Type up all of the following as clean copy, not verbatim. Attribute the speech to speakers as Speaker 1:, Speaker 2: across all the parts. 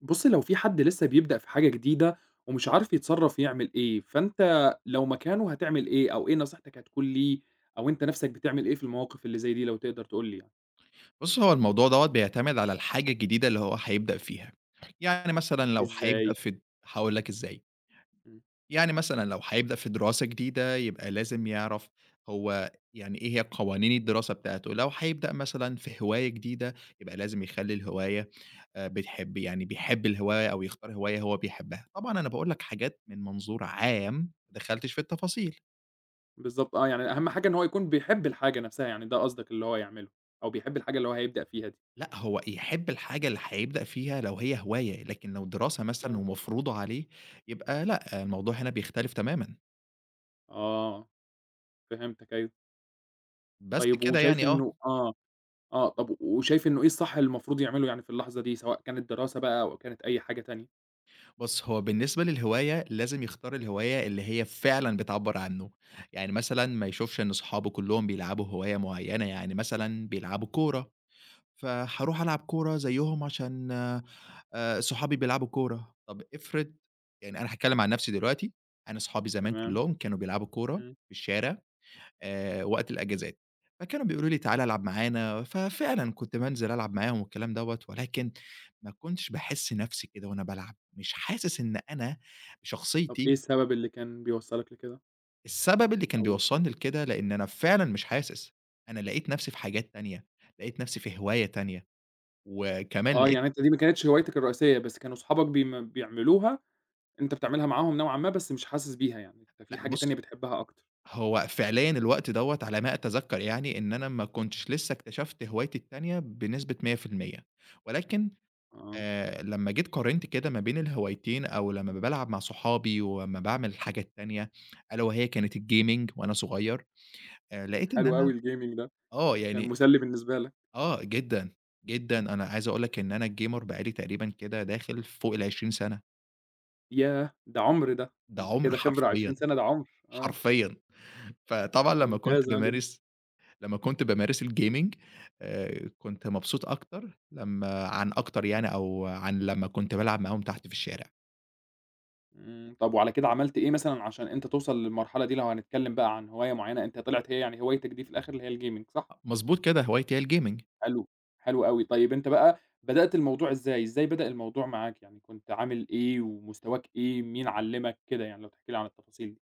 Speaker 1: بُصّي، لو في حد لسه بيبدأ في حاجة جديدة ومش عارف يتصرّف يعمل إيه، فأنت لو مكانه هتعمل إيه، أو إيه نصيحتك هتكون ليه، أو أنت نَفْسك بتعمل إيه في المواقف اللي زي دي لو تقدر تقول لي يعني؟
Speaker 2: بُص، هو الموضوع دوّة بيعتمد على الحاجة الجديدة اللي هو هيبدأ فيها. يعني مثلًا لو هيبدأ
Speaker 1: إزاي؟
Speaker 2: في هاقول لك إزاي.
Speaker 1: إمم،
Speaker 2: يعني مثلًا لو هيبدأ في دراسة جديدة، يبقى لازم يعرف هو يعني إيه هي قوانين الدراسة بتاعته. لو هيبدأ مثلًا في هواية جديدة، يبقى لازم يخلّي الهواية بتحب يعني بيحب الهواية أو يختار هواية هو بيحبها. طبعًا أنا باقول لك حاجات من منظور عام، ما دخلتش في التفاصيل.
Speaker 1: بالضبط آه، يعني أهم حاجة إن هو يكون بيحب الحاجة نَفْسها، يعني ده قصدك اللي هو يعمله، أو بيحب الحاجة اللي هو هيبدأ فيها دي.
Speaker 2: لأ، هو يحب الحاجة اللي هيبدأ فيها لو هي هواية، لكن لو دراسة مثلًا
Speaker 1: آه،
Speaker 2: ومفروضة عليه، يبقى لأ، الموضوع هنا بيختلف تمامًا.
Speaker 1: آه، فهمتك أيوه.
Speaker 2: بس
Speaker 1: طيب
Speaker 2: كده
Speaker 1: وشايف
Speaker 2: يعني آه.
Speaker 1: إنه آه، آه، طَب وشايف إنه إيه الصح اللي المفروض يعمله يعني في اللحظة دي، سواء كانت دراسة بقى أو كانت أي حاجة تانية؟
Speaker 2: بُص، هو بالنسبة للهواية، لازم يختار الهواية اللي هي فعلًا بتعبّر عنه. يعني مثلًا ما يشوفش إن صحابه كلّهم بيلعبوا هواية معيّنة، يعني مثلًا بيلعبوا كورة، فهاروح ألعب كورة زيّهم عشان صحابي بيلعبوا كورة. طَب افرض يعني أنا هاتكلّم عن نَفْسي دلوقتي، أنا صحابي زمان
Speaker 1: تمام،
Speaker 2: كلّهم كانوا بيلعبوا كورة
Speaker 1: إمم،
Speaker 2: في الشارع وقت الأجازات، فكانوا بيقولوا لي: "تعالَ العب معانا." ففعلًا كنت بانزل ألعب معاهم والكلام دوّة، ولكن ما كنتش باحس نَفْسي كده وأنا بالعب، مش حاسس إن أنا
Speaker 1: طَب إيه
Speaker 2: شخصيتي.
Speaker 1: السبب اللي كان بيوصّلك لكده؟
Speaker 2: السبب اللي كان
Speaker 1: أو
Speaker 2: بيوصّلني لكده، لإن أنا فعلًا مش حاسس، أنا لقيت نَفْسي في حاجات تانية، لقيت نَفْسي في هواية تانية، وكمان
Speaker 1: آه،
Speaker 2: لقيت.
Speaker 1: يعني أنت دي ما كانتش هوايتك الرئيسية، بس كانوا صحابك بيعملوها، أنت بتعملها معاهم نوعًا ما بس مش حاسس بيها يعني، أنت في
Speaker 2: لأ
Speaker 1: حاجة
Speaker 2: بُص،
Speaker 1: تانية بتحبها أكتر.
Speaker 2: هو فعليًا الوقت دوّة على ما أتذكّر يعني إن أنا ما كنتش لسه اكتشفت هوايتي التانية بنسبة 100%، ولكن
Speaker 1: آه،
Speaker 2: لمّا جيت قارنت كده ما بين الهوايتين أو لمّا بالعب مع صحابي ولمّا باعمل الحاجة التانية، ألا وهي كانت الgaming وأنا صغير، لقيت إن
Speaker 1: حلو أوي
Speaker 2: أنا
Speaker 1: الgaming ده،
Speaker 2: آه،
Speaker 1: كان
Speaker 2: يعني
Speaker 1: مسلي بالنسبة لك.
Speaker 2: آه، جدًا، جدًا.
Speaker 1: إمم،
Speaker 2: أنا عايز أقول لك إن أنا gamer بقى لي تقريبًا كده داخل فوق ال20 سنة،
Speaker 1: ياه! ده عُمر ده،
Speaker 2: ده
Speaker 1: ده أنت
Speaker 2: عُمر
Speaker 1: كده خبرة
Speaker 2: حرفيًا،
Speaker 1: 20 سَنة ده عُمر، آه،
Speaker 2: حرفيًا. فطبعًا لمّا كنت
Speaker 1: ممتاز جدًا.
Speaker 2: بامارس لمّا كنت بامارس الgaming، كنت مبسوط أكتر لمّا عن أكتر يعني أو عن لمّا كنت بالعب معاهم تحت في الشارع.
Speaker 1: طب وعلى كده عملت إيه مثلًا عشان أنت توصل للمرحلة دي لو هنتكلم بقى عن هواية معينة، أنت طلعت هي يعني هوايتك دي في الآخر اللي هي الgaming صح؟
Speaker 2: مضبوط كده، هوايتي هي الgaming.
Speaker 1: حلو، حلو أوي. طيب أنت بقى بدأت الموضوع إزاي؟ إزاي بدأ الموضوع معاك؟ يعني كنت عامل إيه ومستواك إيه، مين علّمك، كده يعني لو تحكي لي عن التفاصيل دي؟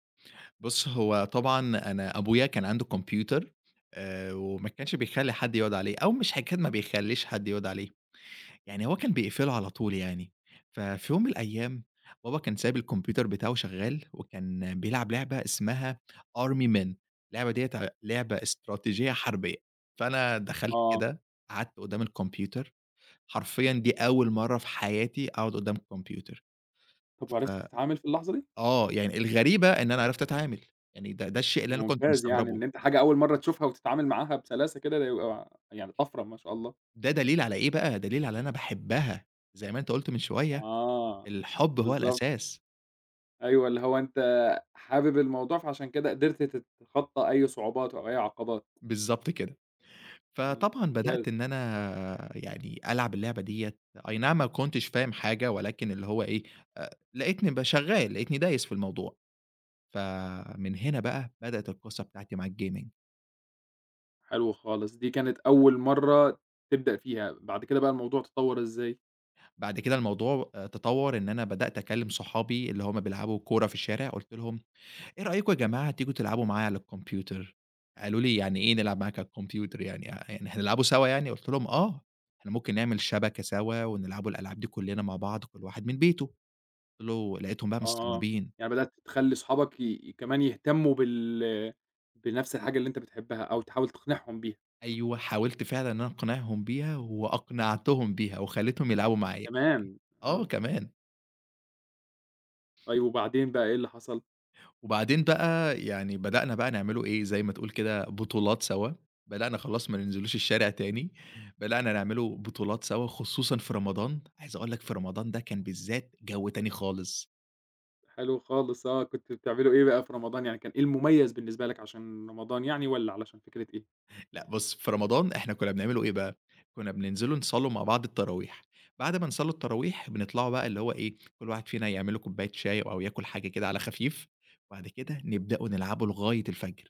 Speaker 2: بُص، هو طبعًا أنا أبويا كان عنده كمبيوتر، وما كانش بيخلّي حد يقعد عليه أو مش حكاية ما بيخلّيش حد يقعد عليه، يعني هو كان بيقفله على طول يعني. ففي يوم من الأيام بابا كان سايب الكمبيوتر بتاعه شغّال وكان بيلعب لعبة اسمها Army Men. اللعبة ديّة ع لعبة استراتيجية حربية. فأنا دخلت
Speaker 1: آه.
Speaker 2: كده قعدت قدّام الكمبيوتر، حرفيًا دي أول مرّة في حياتي أقعد قدّام الكمبيوتر.
Speaker 1: طب
Speaker 2: ف
Speaker 1: وعرفت تتعامل في اللحظة دي؟
Speaker 2: آه، يعني الغريبة إن أنا عرفت أتعامل، يعني ده الشيء اللي
Speaker 1: ده
Speaker 2: أنا كنت
Speaker 1: ممتاز يعني
Speaker 2: مستغربه،
Speaker 1: إن أنت حاجة أول مرّة تشوفها وتتعامل معاها بسلاسة كده، ده يبقى يعني طفرة ما شاء الله.
Speaker 2: ده دليل على إيه بقى، دليل على أنا باحبها، زي ما أنت قُلت من شوية،
Speaker 1: آه،
Speaker 2: الحب هو
Speaker 1: بالضبط.
Speaker 2: الأساس،
Speaker 1: أيوه، اللي هو أنت حابب الموضوع، فعشان كده قدرت تتخطى أي صعوبات أو أي عقبات.
Speaker 2: بالضبط كده، فطبعًا
Speaker 1: ممتاز،
Speaker 2: بدأت إن أنا يعني ألعب اللعبة ديّة، أي نعم ما كنتش فاهم حاجة، ولكن اللي هو إيه، لقيتني ب شغال، لقيتني دايس في الموضوع، فمن هنا بقى بدأت القصة بتاعتي مع الgaming.
Speaker 1: حلو خالص. دي كانت أول مرّة تبدأ فيها، بعد كده بقى الموضوع تطوّر إزاي؟
Speaker 2: بعد كده الموضوع تطوّر إن أنا بدأت أكلم صحابي اللي هُم بيلعبوا كورة في الشارع، قُلت لهم: إيه رأيكم يا جماعة تيجوا تلعبوا معايا على الكمبيوتر؟ قالوا لي: "يعني إيه نلعب معاك على الكمبيوتر يعني آه، يعني هنلعبوا سوا يعني؟" قُلت لهم: "آه، إحنا ممكن نعمل شبكة سوا ونلعبوا الألعاب دي كلّنا مع بعض كل واحد من بيته." قُلت له لقيتهم بقى
Speaker 1: آه، آه.
Speaker 2: مستغربين.
Speaker 1: يعني بدأت تخلّي صحابك كمان يهتمّوا بنفْس الحاجة اللي أنت بتحبّها أو تحاول تقنعهم بيها.
Speaker 2: أيوه، حاولت فعلًا إن أنا أقنعهم بيها وأقنعتهم بيها وخلّيتهم يلعبوا معايا.
Speaker 1: تمام،
Speaker 2: آه
Speaker 1: آه.
Speaker 2: كمان.
Speaker 1: طيب وبعدين بقى إيه اللي حصل؟
Speaker 2: وبعدين بقى يعني بدأنا بقى نعمله إيه، زي ما تقول كده بطولات سوا، بدأنا خلاص ما ننزلوش الشارع تاني، بدأنا نعمله بطولات سوا خصوصًا في رمضان، عايز أقول لك في رمضان ده كان بالذات جو تاني خالص.
Speaker 1: حلو خالص آه. كنتم بتعملوا إيه بقى في رمضان؟ يعني كان إيه المميّز بالنسبة لك عشان رمضان يعني والّا علشان فكرة إيه؟
Speaker 2: لأ بُص، في رمضان إحنا كنا بنعمله إيه بقى، كنا بننزلوا نصلّوا مع بعض التراويح، بعد ما نصلّوا التراويح بنطلعوا بقى اللي هو إيه، كل واحد فينا يعمل له كوباية شاي أو ياكل حاجة كده على خفيف، وبعد كده نبدأوا نلعبوا لغاية الفجر.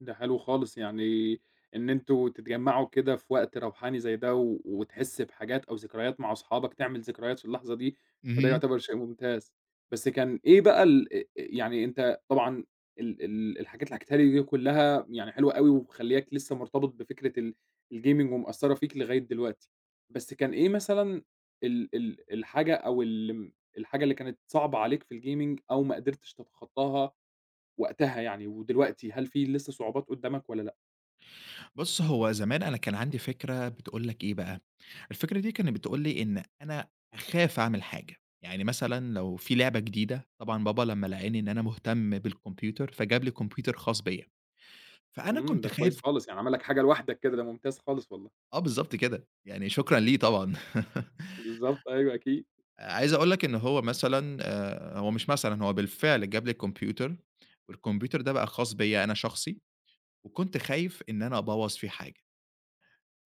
Speaker 1: ده حلو خالص، يعني إن أنتم تتجمّعوا كده في وقت روحاني زي ده وتحس بحاجات أو ذكريات مع أصحابك، تعمل ذكريات في اللحظة دي، فده
Speaker 2: اهم.
Speaker 1: يعتبر شيء ممتاز. بس كان إيه بقى ال أ يعني أنت طبعًا ال ال الحاجات اللي حكيتها لي دي كلّها يعني حلوة أوي ومخلّياك لسه مرتبط بفكرة الgaming ومأثّرة فيك لغاية دلوقتي. بس كان إيه مثلًا ال ال الحاجة أو الحاجة اللي كانت صعبة عليك في الgaming أو ما قدرتش تتخطّاها وقتها يعني، ودلوقتي هل في لسه صعوبات قدّامك والّا لأ؟
Speaker 2: بُص، هو زمان أنا كان عندي فكرة بتقول لك إيه بقى، الفكرة دي كانت بتقول لي إن أنا أخاف أعمل حاجة، يعني مثلًا لو في لعبة جديدة طبعًا بابا لمّا لقاني إن أنا مهتم بالكمبيوتر، فجاب لي كمبيوتر خاص بيّا، فأنا كنت
Speaker 1: ده كويس
Speaker 2: خايف.
Speaker 1: خالص، يعني عمل لك حاجة لوحدك كده، ده ممتاز خالص والله.
Speaker 2: آه بالضبط كده، يعني شكرًا ليه طبعًا.
Speaker 1: بالضبط، أيوه أكيد.
Speaker 2: عايز أقول لك إن هو مثلًا هو مش مثلًا هو بالفعل جاب لي الكمبيوتر، والكمبيوتر ده بقى خاص بيّا أنا شخصي، وكنت خايف إن أنا أبوّظ فيه حاجة.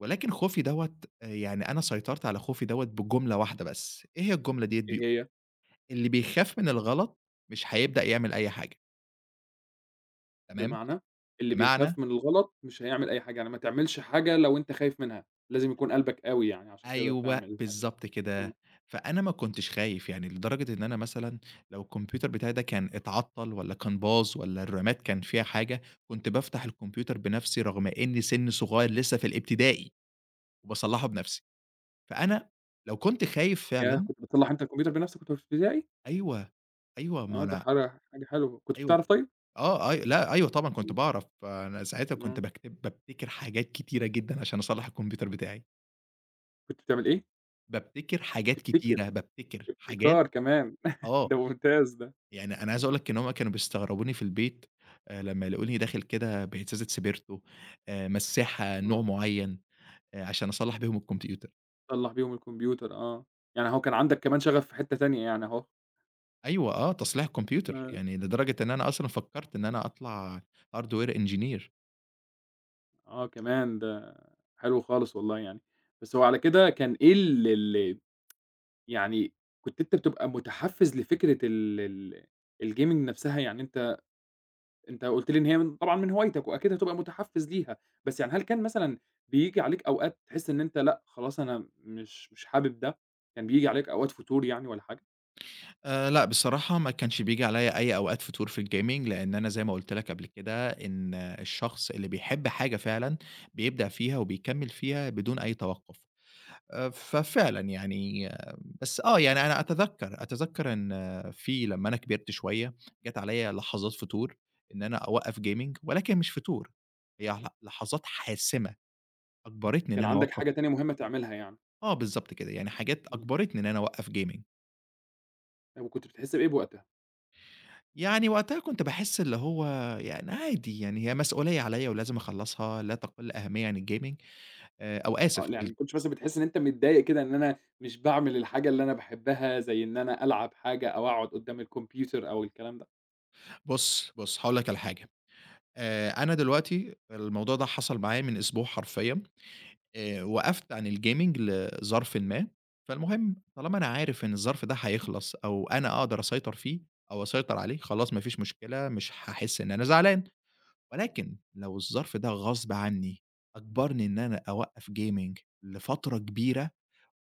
Speaker 2: ولكن خوفي دوّة يعني أنا سيطرت على خوفي دوّة بجملة واحدة بس، إيه هي الجملة ديّة
Speaker 1: إيه هي؟
Speaker 2: اللي بيخاف من الغلط مش هيبدأ يعمل أي حاجة، تمام؟
Speaker 1: بمعنى اللي
Speaker 2: بمعنى
Speaker 1: بيخاف من الغلط مش هيعمل أي حاجة، يعني ما تعملش حاجة لو أنت خايف منها، لازم يكون قلبك قوي يعني عشان تقدر
Speaker 2: أيوه،
Speaker 1: تعمل الحاجة دي.
Speaker 2: بالضبط
Speaker 1: آه،
Speaker 2: كده. فأنا ما كنتش خايف، يعني لدرجة إن أنا مثلًا لو الكمبيوتر بتاعي ده كان اتعطّل والّا كان باظ والّا الرامات كان فيها حاجة، كنت بافتح الكمبيوتر بنفسي رغم إني سِنّي صغير لسه في الابتدائي وباصلّحه بنفسي. فأنا لو كنت خايف
Speaker 1: ياه!
Speaker 2: فعلًا.
Speaker 1: كنت بتصلّح أنت الكمبيوتر بنفسك وأنت في ابتدائي؟
Speaker 2: أيوه، أيوه، ما
Speaker 1: آه، ده
Speaker 2: أنا
Speaker 1: حاجة حاجة حلوة، كنتش
Speaker 2: أيوه.
Speaker 1: بتعرف طيب؟
Speaker 2: آه، أي لأ، أيوه طبعًا كنت
Speaker 1: إمم،
Speaker 2: باعرف، أنا ساعتها كنت
Speaker 1: آه،
Speaker 2: باكتب بابتكر حاجات كتيرة جدًا عشان أصلّح الكمبيوتر بتاعي،
Speaker 1: كنت بتعمل إيه؟
Speaker 2: بابتكر حاجات
Speaker 1: بتبتكر،
Speaker 2: كتيرة، بابتكر حاجات.
Speaker 1: ابتكار كمان،
Speaker 2: آه،
Speaker 1: ده ممتاز ده،
Speaker 2: يعني أنا عايز أقول لك إن هُم كانوا بيستغربوني في البيت لمّا يلاقوني داخل كده بهزازة سبيرتو، مساحة نوع
Speaker 1: آه.
Speaker 2: معيّن، عشان أصلّح بيهم الكمبيوتر.
Speaker 1: تصلّح بيهم الكمبيوتر آه، يعني هو كان عندك كمان شغف في حتّة تانية يعني أهو،
Speaker 2: أيوه آه، تصليح الكمبيوتر،
Speaker 1: آه،
Speaker 2: يعني لدرجة إن أنا أصلًا فكّرت إن أنا أطلع hardware engineer.
Speaker 1: آه كمان ده حلو خالص والله يعني، بس هو على كده كان إيه ال ال يعني كنت أنت بتبقى متحفّز لفكرة ال ال الgaming نفْسها يعني أنت قُلت لي إن هي من طبعًا من هوايتك وأكيد هتبقى متحفّز ليها، بس يعني هل كان مثلًا بييجي عليك أوقات تحس إن أنت لأ خلاص أنا مش حابب ده، كان بييجي عليك أوقات فتور يعني والّا حاجة؟
Speaker 2: لأ، بصراحة ما كانش بييجي عليّا أي أوقات فتور في الgaming، لإن أنا زي ما قُلت لك قبل كده إن الشخص اللي بيحب حاجة فعلًا بيبدع فيها وبيكمّل فيها بدون أي توقُّف. ففعلًا يعني أه، بس آه، يعني أنا أتذكّر إن أه، في لمّا أنا كبرت شوية، جات عليّا لحظات فتور إن أنا أوقّف gaming ولكن مش فتور، هي لحظات حاسمة أجبرتني إن
Speaker 1: كان
Speaker 2: أنا
Speaker 1: عندك
Speaker 2: أوقّف.
Speaker 1: حاجة تانية مهمة تعملها يعني؟
Speaker 2: آه بالضبط كده، يعني حاجات
Speaker 1: إمم،
Speaker 2: أجبرتني إن أنا أوقّف gaming.
Speaker 1: طب وكنت بتحس بإيه بوقتها؟
Speaker 2: يعني وقتها كنت باحس اللي هو يعني عادي، يعني هي مسؤولية عليّا ولازم أخلّصها لا تقل أهمية عن الgaming أو
Speaker 1: آه،
Speaker 2: آسف
Speaker 1: يعني ما
Speaker 2: ال.
Speaker 1: كنتش مثلًا بتحس إن أنت متضايق كده إن أنا مش باعمل الحاجة اللي أنا باحبها، زي إن أنا ألعب حاجة أو أقعد قدّام الكمبيوتر أو الكلام ده؟
Speaker 2: بُص، هاقول لك على حاجة، أنا دلوقتي الموضوع ده حصل معايا من أسبوع حرفيًا، وقفت عن الgaming لظرفٍ ما، فالمهم طالما أنا عارف إن الظرف ده هيخلص أو أنا أقدر أسيطر فيه أو أسيطر عليه، خلاص ما فيش مشكلة، مش هاحس إن أنا زعلان، ولكن لو الظرف ده غصب عني أجبرني إن أنا أوقّف gaming لفترة كبيرة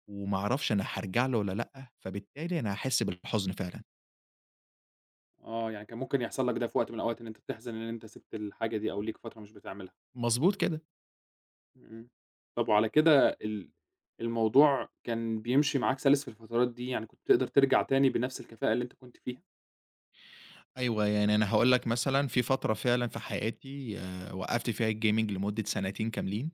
Speaker 2: وما أعرفش أنا هارجع له والّا لأ، فبالتالي أنا هاحس بالحزن فعلًا.
Speaker 1: آه، يعني كان ممكن يحصل لك ده في وقت من الأوقات إن أنت تحزن إن أنت سِبت الحاجة دي أو ليك فترة مش بتعملها.
Speaker 2: مضبوط كده.
Speaker 1: إمم. طب وعلى كده الموضوع كان بيمشي معاك سَلِس في الفترات دي، يعني كنت تقدر ترجع تاني بنفس الكفاءة اللي أنت كنت فيها؟
Speaker 2: أيوه، يعني أنا هاقول لك مثلًا في فترة فعلًا في حياتي وقّفت فيها الgaming لمدة سنتين كاملين،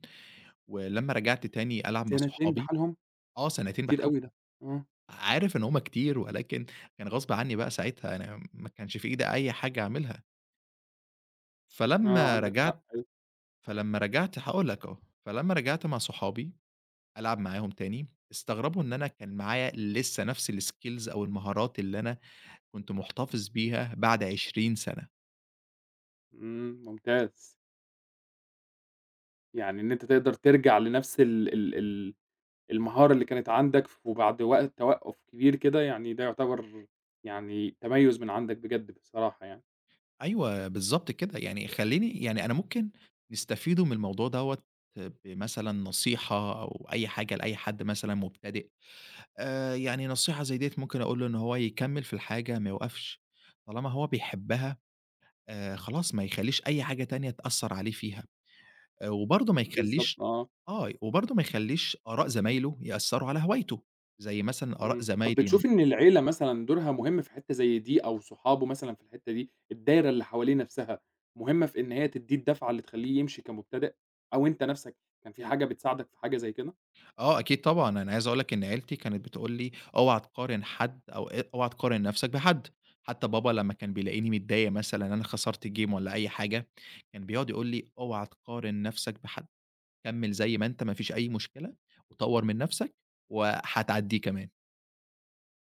Speaker 2: ولمّا رجعت تاني ألعب مع
Speaker 1: سنتين
Speaker 2: صحابي
Speaker 1: بحالهم!
Speaker 2: آه،
Speaker 1: ده
Speaker 2: سنتين
Speaker 1: كتير أوي ده. آه،
Speaker 2: عارف إن هُم كتير، ولكن كان غصب عني بقى ساعتها، أنا ما كانش في إيدي أي حاجة أعملها.
Speaker 1: آه،
Speaker 2: فلمّا
Speaker 1: عندك حق
Speaker 2: رجعت
Speaker 1: أيوه.
Speaker 2: فلمّا رجعت هاقول لك أهو، فلمّا رجعت مع صحابي ألعب معاهم تاني، استغربوا إن أنا كان معايا لسه نفس الskills أو المهارات اللي أنا كنت مُحتفظ بيها بعد 20 سَنة.
Speaker 1: إمم، ممتاز. يعني إن أنت تقدر ترجع لنفس ال ال ال المهارة اللي كانت عندك وبعد وقت توقُّف كبير كده، يعني ده يعتبر يعني تميُّز من عندك بجد بصراحة يعني.
Speaker 2: أيوه بالضبط كده، يعني خلّيني يعني أنا ممكن نستفيدوا من الموضوع دوّة بمثلًا نصيحة أو أي حاجة لأي حد مثلًا مبتدئ، يعني نصيحة زي ديّة ممكن أقول له إن هو يكمّل في الحاجة ما يوقفش، طالما هو بيحبها خلاص ما يخلّيش أي حاجة تانية تأثّر عليه فيها، وبرضه ما
Speaker 1: بالضبط
Speaker 2: يخلّيش
Speaker 1: آه.
Speaker 2: آه، وبرضه ما يخلّيش آراء زمايله يأثّروا على هوايته، زي مثلًا آراء
Speaker 1: إمم. طب
Speaker 2: زمايلي.
Speaker 1: بتشوف إن العيلة مثلًا دورها مهم في حتّة زي دي أو صحابه مثلًا في الحتّة دي، الدايرة اللي حواليه نَفْسها مهمة في إن هي تدّيه الدفعة اللي تخلّيه يمشي كمبتدئ أو أنت نَفْسك كان في حاجة بتساعدك في حاجة زي كده؟
Speaker 2: آه، أكيد طبعًا، أنا عايز أقول لك إن عيلتي كانت بتقول لي: "اوعى تقارن حد أو أ اوعى تقارن نفسك بحد." حتى بابا لمّا كان بيلاقيني متضايق مثلًا إن أنا خسرت game والّا أي حاجة، كان بيقعد يقول لي: "اوعى تقارن نفسك بحد، كمّل زي ما أنت ما فيش أي مشكلة، وطوّر من نفسك وهتعدّيه كمان."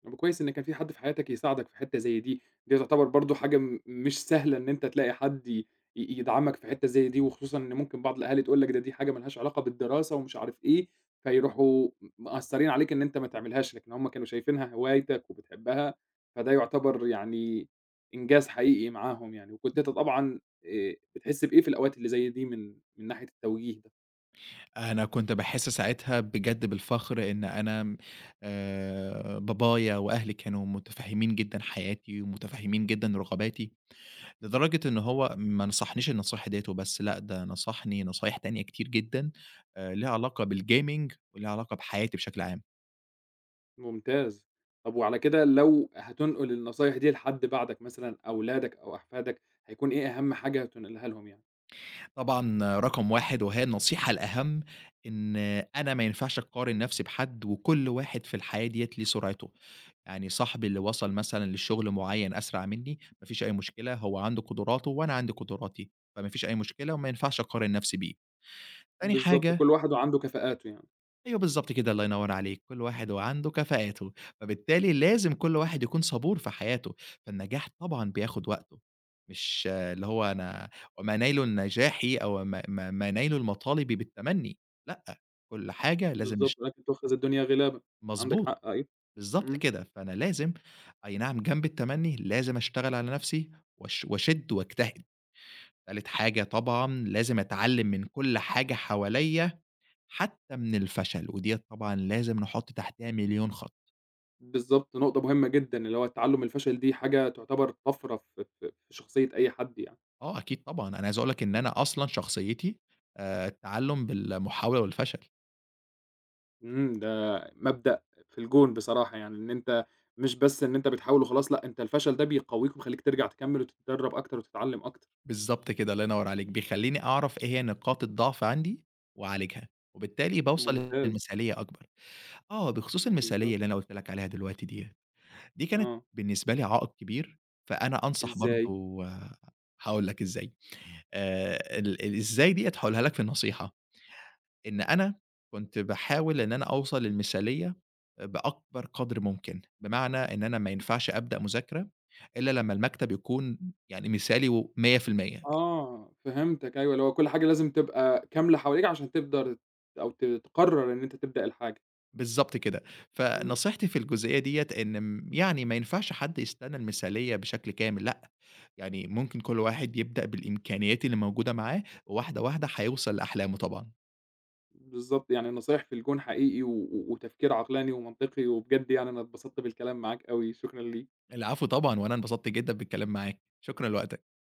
Speaker 1: طب كويس إن كان في حد في حياتك يساعدك في حتّة زي دي، دي تعتبر برضه حاجة مش سهلة إن أنت تلاقي حد ي ي يدعمك في حتّة زي دي، وخصوصًا إن ممكن بعض الأهالي تقول لك دي حاجة ما لهاش علاقة بالدراسة ومش عارف إيه، فيروحوا مأثّرين عليك إن أنت ما تعملهاش، لكن هم كانوا شايفينها هوايتك وبتحبها، فده يعتبر يعني إنجاز حقيقي معاهم يعني، وكنت أنت طبعًا بتحس بإيه في الأوقات اللي زي دي من ناحية التوجيه ده؟
Speaker 2: أنا كنت باحس ساعتها بجد بالفخر إن أنا بابايا وأهلي كانوا متفهمين جدًا حياتي ومتفهمين جدًا رغباتي. لدرجة إن هو ما نصحنيش النصيحة ديّة وبس، لأ ده نصحني نصايح تانية كتير جدًا ليها علاقة بالgaming وليها علاقة بحياتي بشكل عام.
Speaker 1: ممتاز. طب وعلى كده لو هتنقل النصايح دي لحد بعدك مثلًا، أولادك أو أحفادك، هيكون إيه أهم حاجة هتنقلها لهم يعني؟
Speaker 2: طبعًا رقم 1 وهي النصيحة الأهم، إن أنا ما ينفعش أقارن نفسي بحد وكل واحد في الحياة ديّة ليه سرعته. يعني صاحبي اللي وصل مثلًا لشغل معين أسرع مني، ما فيش أي مشكلة، هو عنده قدراته وأنا عندي قدراتي، فما فيش أي مشكلة وما ينفعش أقارن نفسي بيه. تاني
Speaker 1: بالضبط،
Speaker 2: حاجة
Speaker 1: كل واحد وعنده كفاءاته يعني.
Speaker 2: أيوه بالضبط كده، الله ينوّر عليك، كل واحد وعنده كفاءاته، فبالتالي لازم كل واحد يكون صبور في حياته، فالنجاح طبعًا بياخد وقته، مش آه، اللي هو أنا وما نيل نجاحِ أو ما ما ما نيل المطالب بالتمني، لأ، كل حاجة لازم
Speaker 1: بالضبط، "ولكن تُؤخذ الدنيا غلابًا." عندك
Speaker 2: مضبوط،
Speaker 1: حق أيوه.
Speaker 2: بالضبط
Speaker 1: إمم.
Speaker 2: كده، فأنا لازم أي نعم جنب التمني لازم أشتغل على نفسي واشِد واجتهد، تالت حاجة طبعًا لازم أتعلم من كل حاجة حواليّا حتى من الفشل، وديّة طبعًا لازم نحط تحتها مليون خط.
Speaker 1: بالضبط، نقطة مهمة جدًا، اللي هو التعلُّم من الفشل دي حاجة تعتبر طَفرة في شخصية أي حد يعني.
Speaker 2: آه أكيد طبعًا، أنا عايز أقول لك إن أنا أصلًا شخصيتي التعلُّم بالمحاولة والفشل،
Speaker 1: ده مبدأ في الجون بصراحة يعني، إن أنت مش بس إن أنت بتحاول وخلاص، لأ، أنت الفشل ده بيقوّيك وبيخلّيك ترجع تكمّل وتتدرّب أكتر وتتعلّم أكتر.
Speaker 2: بالضبط كده، الله ينوّر عليك، بيخلّيني أعرف إيه هي نقاط الضعف عندي وأعالجها، وبالتالي باوصل
Speaker 1: ممتاز،
Speaker 2: للمثالية أكبر. آه، بخصوص المثالية
Speaker 1: بالضبط.
Speaker 2: اللي أنا قُلت لك عليها دلوقتي ديّة، دي كانت
Speaker 1: آه،
Speaker 2: بالنسبة لي عائق كبير، فأنا أنصح
Speaker 1: إزاي؟
Speaker 2: برضه هاقول لك إزاي، إزاي ديّة هاقولها لك في النصيحة. إن أنا كنت باحاول إن أنا أوصل للمثالية بأكبر قدر ممكن، بمعنى إن أنا ما ينفعش أبدأ مذاكرة إلا لمّا المكتب يكون يعني مثالي و100%.
Speaker 1: آه، فهمتك أيوه، اللي هو كل حاجة لازم تبقى كاملة حواليك عشان تقدر أو تقرر إن أنت تبدأ الحاجة.
Speaker 2: بالضبط كده.
Speaker 1: إمم.
Speaker 2: فنصيحتي في الجزئية ديّة إن يعني ما ينفعش حد يستنى المثالية بشكل كامل لأ، يعني ممكن كل واحد يبدأ بالإمكانيات اللي موجودة معاه، وواحدة، واحدة هيوصل لأحلامه طبعًا.
Speaker 1: بالضبط، يعني النصايح في الجون حقيقي وتفكير عقلاني ومنطقي، وبجد يعني أنا اتبسطت بالكلام معاك أوي، شكرًا ليك.
Speaker 2: العفو طبعًا، وأنا انبسطت جدًا بالكلام معاك، شكرًا لوقتك.